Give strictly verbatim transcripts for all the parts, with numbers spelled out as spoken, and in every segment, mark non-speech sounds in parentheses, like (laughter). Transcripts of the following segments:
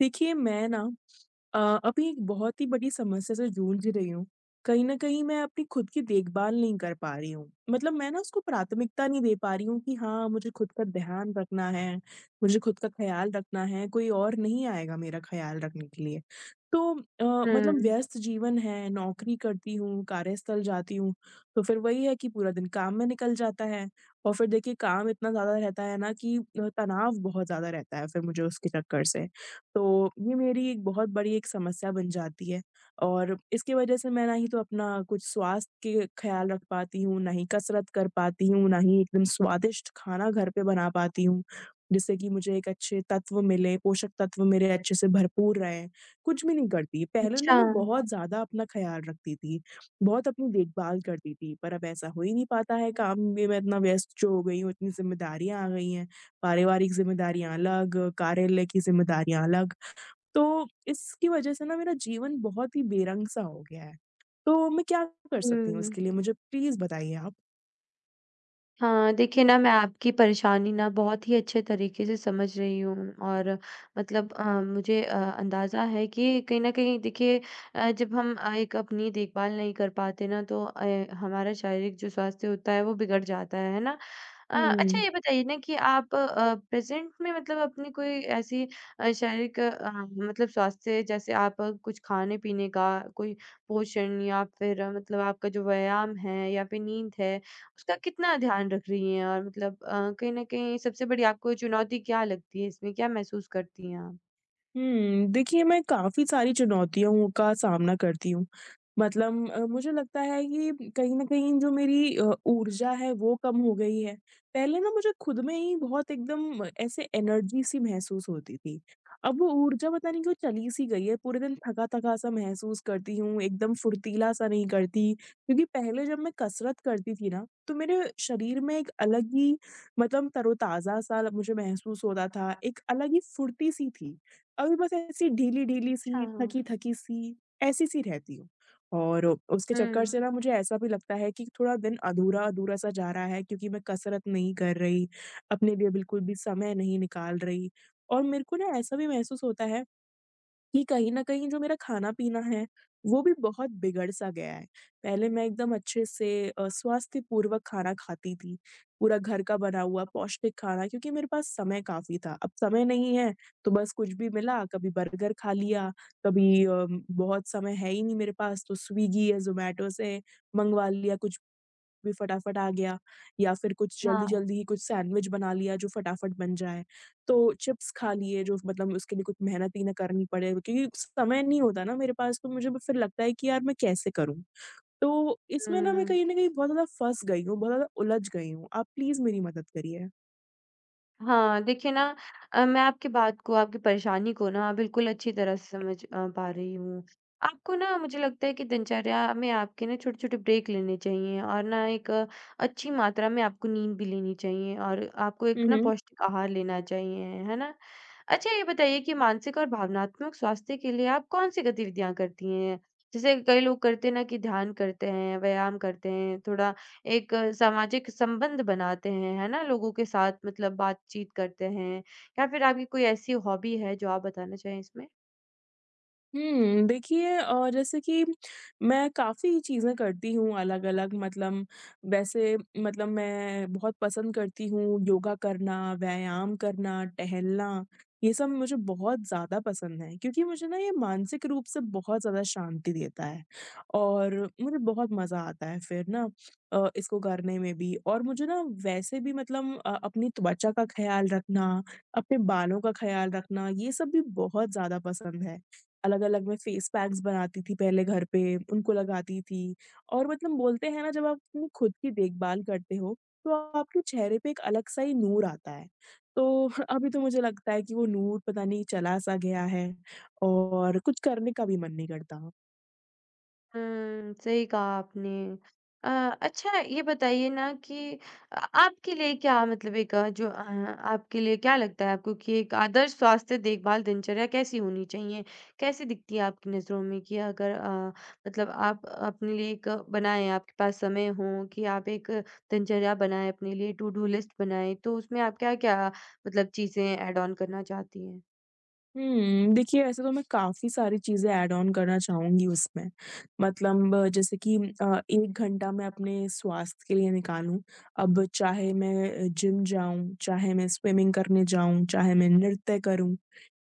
देखिए, मैं ना अ, अभी एक बहुत ही बड़ी समस्या से जूझ रही हूँ। कहीं न कहीं मैं अपनी खुद की देखभाल नहीं कर पा रही हूँ। मतलब मैं ना उसको प्राथमिकता नहीं दे पा रही हूँ कि हाँ, मुझे खुद का ध्यान रखना है, मुझे खुद का ख़्याल रखना है, कोई और नहीं आएगा मेरा ख़्याल रखने के लिए। तो अ, मतलब हुँ, व्यस्त जीवन है, नौकरी करती हूँ, कार्यस्थल जाती हूँ, तो फिर वही है कि पूरा दिन काम में निकल जाता है और फिर देखिए काम इतना ज़्यादा रहता है ना कि अ, तनाव बहुत ज़्यादा रहता है फिर मुझे उसके चक्कर से। तो ये मेरी एक बहुत बड़ी एक समस्या बन जाती है और इसकी वजह से मैं ना ही तो अपना कुछ स्वास्थ्य के ख्याल रख पाती हूँ, ना ही कसरत कर पाती हूँ, ना ही एकदम स्वादिष्ट खाना घर पे बना पाती हूँ, जिससे कि मुझे एक अच्छे तत्व मिले, पोषक तत्व मेरे अच्छे से भरपूर रहें। कुछ भी नहीं करती। पहले ना अच्छा। मैं बहुत ज़्यादा अपना ख्याल रखती थी, बहुत अपनी देखभाल करती थी, पर अब ऐसा हो ही नहीं पाता है। काम में मैं इतना व्यस्त जो हो गई हूँ, इतनी ज़िम्मेदारियाँ आ गई हैं, पारिवारिक ज़िम्मेदारियाँ अलग, कार्यालय की ज़िम्मेदारियाँ अलग। तो इसकी वजह से ना मेरा जीवन बहुत ही बेरंग-सा हो गया है। तो मैं क्या कर सकती हूँ हुँ, इसके लिए मुझे प्लीज़ बताइए आप? हाँ, देखिए ना मैं आपकी परेशानी ना बहुत ही अच्छे तरीके से समझ रही हूँ और मतलब अ, मुझे अ, अंदाज़ा है कि कहीं न कहीं देखिए अ, जब हम अ, एक अपनी देखभाल नहीं कर पाते ना तो अ, हमारा शारीरिक जो स्वास्थ्य होता है वो बिगड़ जाता है, है ना? अ, अच्छा हुँ। ये बताइए ना कि आप अ, प्रेज़ेंट में मतलब अपनी कोई ऐसी अ, शारीरिक अ, मतलब स्वास्थ्य जैसे आप अ, कुछ खाने-पीने का कोई पोषण या फिर अ, मतलब आपका जो व्यायाम है या फिर नींद है उसका कितना ध्यान रख रही हैं? और मतलब अ, कहीं न कहीं सबसे बड़ी आपको चुनौती क्या लगती है इसमें? क्या महसूस करती हैं आप? हुँ, देखिए मैं काफ़ी सारी चुनौतियों का सामना करती हूँ। मतलब अ, मुझे लगता है कि कहीं न कहीं जो मेरी अ, ऊर्जा है वो कम हो गई है। पहले ना मुझे खुद में ही बहुत एकदम ऐसे एनर्जी सी महसूस होती थी। अब वो ऊर्जा पता नहीं क्यों चली सी गई है, पूरे दिन थका-थका सा महसूस करती हूँ, एकदम फुर्तीला सा नहीं करती। क्योंकि पहले जब मैं कसरत करती थी ना, तो मेरे शरीर में एक अलग ही मतलब तरोताज़ा सा मुझे महसूस होता था, एक अलग ही फुर्ती सी थी। अभी बस ऐसी ढीली-ढीली अच्छा। सी, थकी-थकी सी, ऐसी-सी रहती हूँ। और उसके चक्कर हुँ। से ना मुझे ऐसा भी लगता है कि थोड़ा दिन अधूरा-अधूरा सा जा रहा है क्योंकि मैं कसरत नहीं कर रही, अपने लिए बिल्कुल भी समय नहीं निकाल रही। और मेरे को ना ऐसा भी महसूस होता है कि कहीं न कहीं जो मेरा खाना-पीना है, वो भी बहुत बिगड़-सा गया है। पहले मैं एकदम अच्छे से अ, स्वास्थ्यपूर्वक खाना खाती थी, पूरा घर का बना हुआ पौष्टिक खाना क्योंकि मेरे पास समय काफ़ी था। अब समय नहीं है, तो बस कुछ भी मिला, कभी बर्गर खा लिया, कभी अ, बहुत समय है ही नहीं मेरे पास तो स्विगी या ज़ोमैटो से मँगवा लिया कुछ भी फटाफट आ गया या फिर कुछ हाँ। जल्दी-जल्दी ही कुछ सैंडविच बना लिया जो फटाफट बन जाए। तो चिप्स खा लिए जो मतलब उसके लिए कुछ मेहनत ही ना करनी पड़े क्योंकि समय नहीं होता ना मेरे पास तो मुझे फिर लगता है कि यार मैं कैसे करूँ? तो इसमें ना मैं हुँ। कहीं न कहीं बहुत ज़्यादा फँस गई हूँ, बहुत ज़्यादा उलझ गई हूँ। आप प्लीज़ मेरी मदद करिए। हाँ, देखिए ना अ, मैं आपकी बात को, आपकी परेशानी को ना बिल्कुल अच्छी तरह से समझ अ, पा रही हूँ। आपको ना मुझे लगता है कि दिनचर्या में आपके ना छोटे-छोटे ब्रेक लेने चाहिए और ना एक अ, अच्छी मात्रा में आपको नींद भी लेनी चाहिए और आपको हुँ, एक ना हुँ। पौष्टिक आहार लेना चाहिए, है ना? अच्छा ये बताइए कि मानसिक और भावनात्मक स्वास्थ्य के लिए आप कौन-सी गतिविधियाँ करती हैं? जैसे कई लोग करते हैं ना कि ध्यान करते हैं, व्यायाम करते हैं, थोड़ा एक अ, सामाजिक संबंध बनाते हैं, है ना? लोगों के साथ मतलब बातचीत करते हैं या फिर आपकी कोई ऐसी हॉबी है जो आप बताना चाहें इसमें? हुँ, देखिए अ, जैसे कि मैं काफ़ी चीज़ें करती हूँ अलग-अलग मतलब वैसे मतलब मैं बहुत पसंद करती हूँ योगा करना, व्यायाम करना, टहलना, ये सब मुझे बहुत ज़्यादा पसंद है क्योंकि मुझे ना ये मानसिक रूप से बहुत ज़्यादा शांति देता है और मुझे बहुत मज़ा आता है फिर ना अ, इसको करने में भी और मुझे ना वैसे भी मतलब अ, अपनी त्वचा का ख़्याल रखना, अपने बालों का ख़्याल रखना, ये सब भी बहुत ज़्यादा पसंद है। अलग-अलग मैं फेस पैक्स बनाती थी पहले घर पे, उनको लगाती थी और मतलब बोलते हैं ना जब आप अपनी खुद की देखभाल करते हो, तो आपके चेहरे पे एक अलग-सा ही नूर आता है। तो (laughs) अभी तो मुझे लगता है कि वो नूर पता नहीं चला-सा गया है और कुछ करने का भी मन नहीं करता। हुँ, सही कहा आपने। अ, अच्छा ये बताइए ना कि अ, आपके लिए क्या मतलब एक अ, जो अ, आपके लिए क्या लगता है आपको कि एक आदर्श स्वास्थ्य देखभाल दिनचर्या कैसी होनी चाहिए? कैसी दिखती है आपकी नज़रों में कि अगर अ, मतलब आप अपने लिए एक बनाएँ, आपके पास समय हो कि आप एक दिनचर्या बनाएँ अपने लिए, टू डू लिस्ट बनाएँ, तो उसमें आप क्या-क्या मतलब चीज़ें ऐड ऑन करना चाहती हैं? हुँ, देखिए ऐसे तो मैं काफ़ी सारी चीज़ें ऐड ऑन करना चाहूँगी उसमें। मतलब अ, जैसे कि अ, एक घंटा मैं अपने स्वास्थ्य के लिए निकालूँ। अब चाहे मैं अ, जिम जाऊँ, चाहे मैं स्विमिंग करने जाऊँ, चाहे मैं नृत्य करूँ,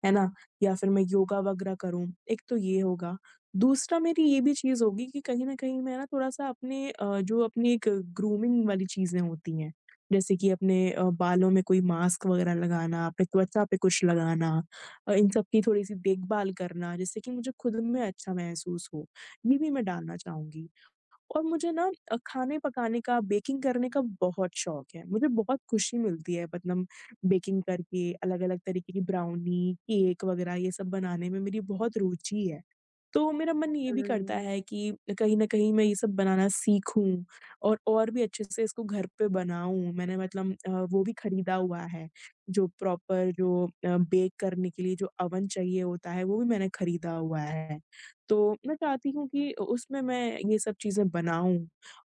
है ना? या फिर मैं योगा वगैरह करूँ, एक तो ये होगा। दूसरा मेरी ये भी चीज़ होगी कि कहीं न कहीं मैं ना थोड़ा-सा अपने अ, जो अपनी एक ग्रूमिंग वाली चीज़ें होती हैं, जैसे कि अपने अ, बालों में कोई मास्क वगैरह लगाना, अपनी त्वचा पे कुछ लगाना। अ, इन सब की थोड़ी-सी देखभाल करना जिससे कि मुझे खुद में अच्छा महसूस हो। ये भी मैं डालना चाहूँगी। और मुझे ना अ, खाने पकाने का, बेकिंग करने का बहुत शौक है। मुझे बहुत खुशी मिलती है मतलब बेकिंग करके अलग-अलग तरीके की ब्राउनी, केक वगैरह ये सब बनाने में मेरी बहुत रुचि है। तो मेरा मन ये भी करता हम्म, है कि कहीं न कहीं मैं ये सब बनाना सीखूँ और और भी अच्छे से इसको घर पे बनाऊँ। मैंने मतलब अ, वो भी खरीदा हुआ है, जो प्रॉपर जो अ, बेक करने के लिए जो ओवन चाहिए होता है, वो भी मैंने खरीदा हुआ है। तो मैं चाहती हूँ कि उ उसमें मैं ये सब चीज़ें बनाऊँ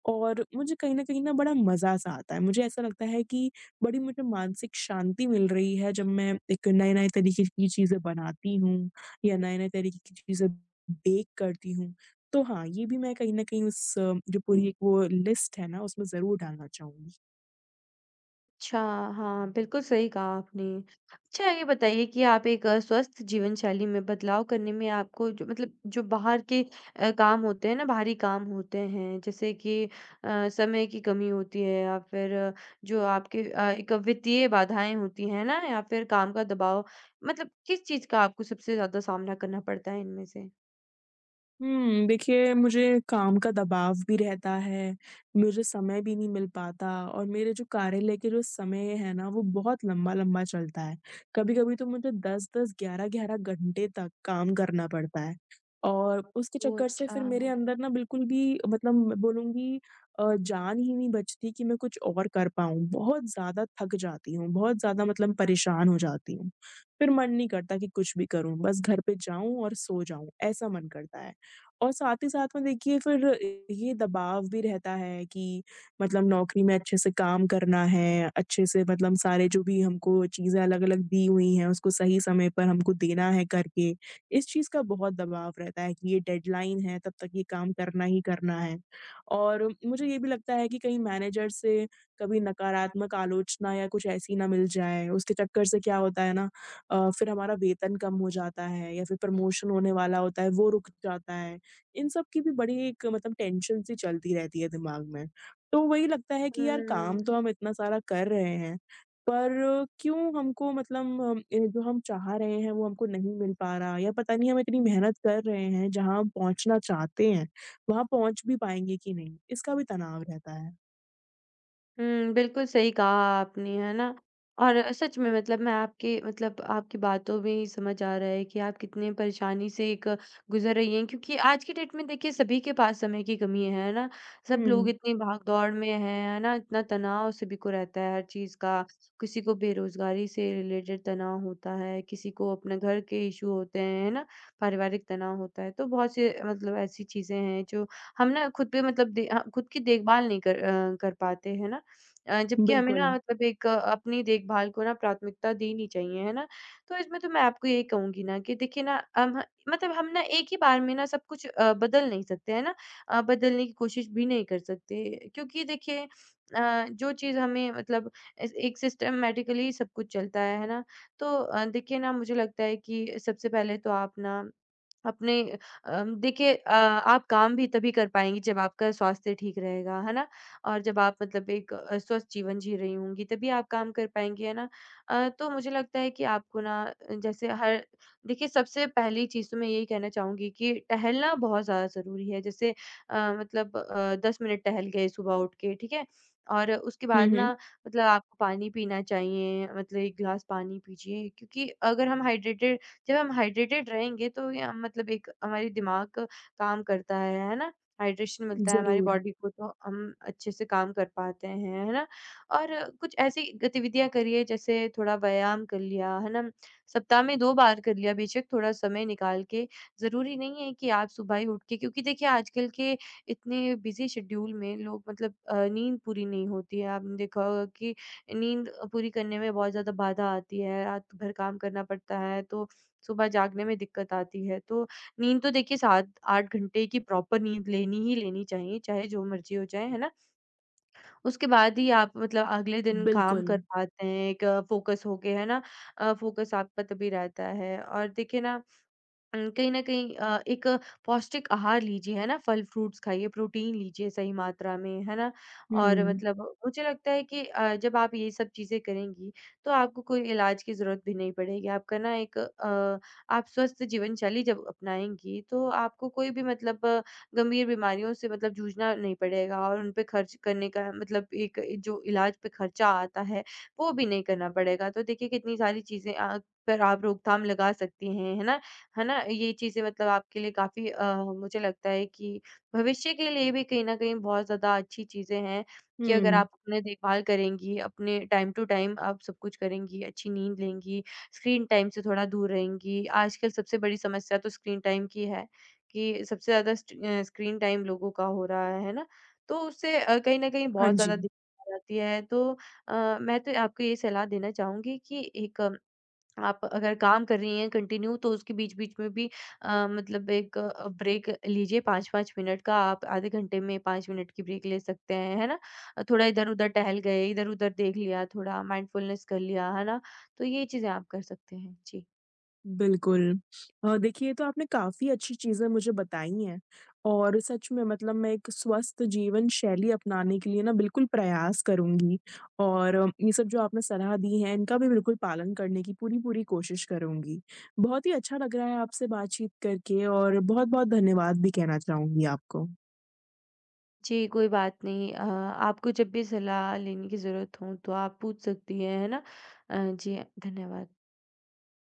और मुझे कहीं न कहीं ना बड़ा मज़ा-सा आता है। मुझे ऐसा लगता है कि बड़ी मुझे मानसिक शांति मिल रही है जब मैं एक नए-नए तरीके की चीज़ें बनाती हूँ या नए-नए तरीके की चीज़ें बेक करती हूँ। तो हाँ, ये भी मैं कहीं न कहीं उस अ, जो पूरी एक वो लिस्ट है ना उसमें ज़रूर डालना चाहूँगी। अच्छा, हाँ, बिल्कुल सही कहा आपने। अच्छा ये बताइए कि आप एक अ, स्वस्थ जीवन शैली में बदलाव करने में आपको जो मतलब जो बाहर के अ, काम होते हैं ना, बाहरी काम होते हैं, जैसे कि अ, समय की कमी होती है या फिर अ, जो आपके अ, एक वित्तीय बाधाएँ होती हैं ना या फिर काम का दबाव, मतलब किस चीज़ का आपको सबसे ज़्यादा सामना करना पड़ता है इनमें से? हुँ, देखिए मुझे काम का दबाव भी रहता है, मुझे समय भी नहीं मिल पाता और मेरे जो कार्यालय के जो समय है ना, वो बहुत लंबा-लंबा चलता है। कभी-कभी तो मुझे दस दस, ग्यारह ग्यारह घंटे तक काम करना पड़ता है और उसके ओह! चक्कर से अच्छा। फिर मेरे अंदर ना बिल्कुल भी मतलब मैं बोलूँगी अ, जान ही नहीं बचती कि मैं कुछ और कर पाऊँ। बहुत ज़्यादा थक जाती हूँ, बहुत ज़्यादा मतलब परेशान हो जाती हूँ। फिर मन नहीं करता कि कुछ भी करूँ, बस घर पे जाऊँ और सो जाऊँ, ऐसा मन करता है। और साथ ही साथ में देखिए फिर ये दबाव भी रहता है कि मतलब नौकरी में अच्छे से काम करना है, अच्छे से मतलब सारे जो भी हमको चीज़ें अलग-अलग दी हुई हैं, उसको सही समय पर हमको देना है करके। इस चीज़ का बहुत दबाव रहता है कि ये डेडलाइन है, तब तक ये काम करना ही करना है। और मुझे ये भी लगता है कि कहीं मैनेजर से कभी नकारात्मक आलोचना या कुछ ऐसी ना मिल जाए। उसके चक्कर से क्या होता है ना अ, फिर हमारा वेतन कम हो जाता है या फिर प्रमोशन होने वाला होता है, वो रुक जाता है। इन सब की भी बड़ी एक मतलब टेंशन सी चलती रहती है दिमाग में। तो वही लगता है कि यार हुँ। काम तो हम इतना सारा कर रहे हैं, पर क्यों हमको मतलब अ, जो हम चाह रहे हैं वो हमको नहीं मिल पा रहा या पता नहीं हम इतनी मेहनत कर रहे हैं, जहाँ हम पहुँचना चाहते हैं, वहाँ पहुँच भी पाएँगे कि नहीं? इसका भी तनाव रहता है। हुँ, बिल्कुल सही कहा आपने, है ना? और सच में मतलब मैं आपके मतलब आपकी बातों में ही समझ आ रहा है कि आप कितने परेशानी से एक गुज़र रही हैं क्योंकि आज की डेट में देखिए सभी के पास समय की कमी है, है ना? सब लोग हुँ, इतनी भाग-दौड़ में हैं, है ना? इतना तनाव सभी को रहता है हर चीज़ का, किसी को बेरोज़गारी से रिलेटेड तनाव होता है, किसी को अपने घर के इश्यू होते हैं, है ना? पारिवारिक तनाव होता है, तो बहुत से मतलब ऐसी चीज़ें हैं जो हम ना खुद पे मतलब दे अ, खुद की देखभाल नहीं कर अ, कर पाते, है ना? अ, जबकि हमें बिल्कुल। ना मतलब एक अ, अपनी देखभाल को ना प्राथमिकता देनी चाहिए, है ना? तो इसमें तो मैं आपको यही कहूँगी ना कि देखिए ना अम, मतलब हम ना एक ही बार में ना सब कुछ अ, बदल नहीं सकते, है ना? अ, बदलने की कोशिश भी नहीं कर सकते क्योंकि देखिए अ, जो चीज़ हमें मतलब एस एक सिस्टमैटिकली सब कुछ चलता है, है ना? तो अ, देखिए ना मुझे लगता है कि सबसे पहले तो आप ना अपने अम, देखिए अ, आप काम भी तभी कर पाएँगी जब आपका स्वास्थ्य ठीक रहेगा, है ना? और जब आप मतलब एक अ, स्वस्थ जीवन जी रही होंगी तभी आप काम कर पाएँगी, है ना? अ, तो मुझे लगता है कि आपको ना अ, जैसे हर देखिए सबसे पहली चीज़ तो मैं यही कहना चाहूँगी कि टहलना बहुत ज़्यादा ज़रूरी है। जैसे अ, मतलब अ, दस मिनट टहल गए सुबह उठ के, ठीक है? और उसके हुँ, बाद हुँ। ना मतलब आपको पानी पीना चाहिए, मतलब एक ग्लास पानी पीजिए क्योंकि अगर हम हाइड्रेटेड जब हम हाइड्रेटेड रहेंगे तो ये हम- मतलब एक हमारी दिमाग का काम करता है, है ना? हाइड्रेशन मिलता है हमारी ज़रूर, बॉडी को तो हम अच्छे से काम कर पाते हैं, है ना? और कुछ ऐसी गतिविधियाँ करिए जैसे थोड़ा व्यायाम कर लिया, है ना? सप्ताह में दो बार कर लिया बेशक थोड़ा समय निकाल के, ज़रूरी नहीं है कि आप सुबह ही उठ के क्योंकि देखिए आजकल के इतने बिज़ी शेड्यूल में लोग मतलब अ, नींद पूरी नहीं होती है। आपने देखा होगा कि नींद पूरी करने में बहुत ज़्यादा बाधा आती है, रात भर काम करना पड़ता है तो सुबह जागने में दिक्कत आती है। तो नींद तो देखिए सात आठ घंटे की प्रॉपर नींद लेनी ही लेनी चाहिए, चाहे जो मर्ज़ी हो जाए, है ना? उसके बाद ही आप मतलब अगले दिन काम बिल्कुल। कर पाते हैं, एक फ़ोकस होके, है ना? अ, फ़ोकस आपका तभी रहता है और देखिए ना अम, कहीं न कहीं अ, एक पौष्टिक आहार लीजिए, है ना? फल-फ्रूट्स खाइए, प्रोटीन लीजिए सही मात्रा में, है ना? और हुँ, मतलब मुझे लगता है कि अ, जब आप ये सब चीज़ें करेंगी, तो आपको कोई इलाज की ज़रूरत भी नहीं पड़ेगी। आपका ना एक अ, आप स्वस्थ जीवनशैली जब अपनाएँगी, तो आपको कोई भी मतलब अ, गंभीर बीमारियों से मतलब जूझना नहीं पड़ेगा और उन पे खर्च करने का मतलब एक जो इलाज पे खर्चा आता है, वो भी नहीं करना पड़ेगा। तो देखिए कितनी सारी चीज़ें अ, पर आप रोकथाम लगा सकती हैं, है ना? है ना? ये चीज़ें मतलब आपके लिए काफ़ी अ, मुझे लगता है कि भविष्य के लिए भी कहीं न कहीं बहुत ज़्यादा अच्छी चीज़ें हैं कि अगर हुँ। आप अपने देखभाल करेंगी, अपने टाइम टू टाइम आप सब कुछ करेंगी, अच्छी नींद लेंगी, स्क्रीन टाइम से थोड़ा दूर रहेंगी। आजकल सबसे बड़ी समस्या तो स्क्रीन टाइम की है कि सबसे ज़्यादा स्ट अ, स्क्रीन टाइम लोगों का हो रहा है, है ना? तो उससे अ, कहीं न कहीं हाँ बहुत जी। ज़्यादा दिक्कत आ जाती है। तो अ, मैं तो आपको ये सलाह देना चाहूँगी कि एक आप अगर काम कर रही हैं कंटिन्यू तो उसके बीच-बीच में भी अ, मतलब एक अ, ब्रेक लीजिए पाँच पाँच मिनट का। आप आधे घंटे में पाँच मिनट की ब्रेक ले सकते हैं, है ना? अ, थोड़ा इधर-उधर टहल गए, इधर-उधर देख लिया, थोड़ा माइंडफुलनेस कर लिया, है ना? तो ये चीज़ें आप कर सकते हैं। जी। बिल्कुल। अ, देखिए, ये तो आपने काफ़ी अच्छी चीज़ें मुझे बताई हैं और सच में मतलब मैं एक स्वस्थ जीवन शैली अपनाने के लिए ना बिल्कुल प्रयास करूँगी और अ, ये सब जो आपने सलाह दी है, इनका भी बिल्कुल पालन करने की पूरी-पूरी कोशिश करूँगी। बहुत ही अच्छा लग रहा है आपसे बातचीत करके और बहुत-बहुत धन्यवाद भी कहना चाहूँगी आपको। जी, कोई बात नहीं। अ, आपको जब भी सलाह लेने की ज़रूरत हो तो आप पूछ सकती हैं, है ना? अ, जी, धन्यवाद।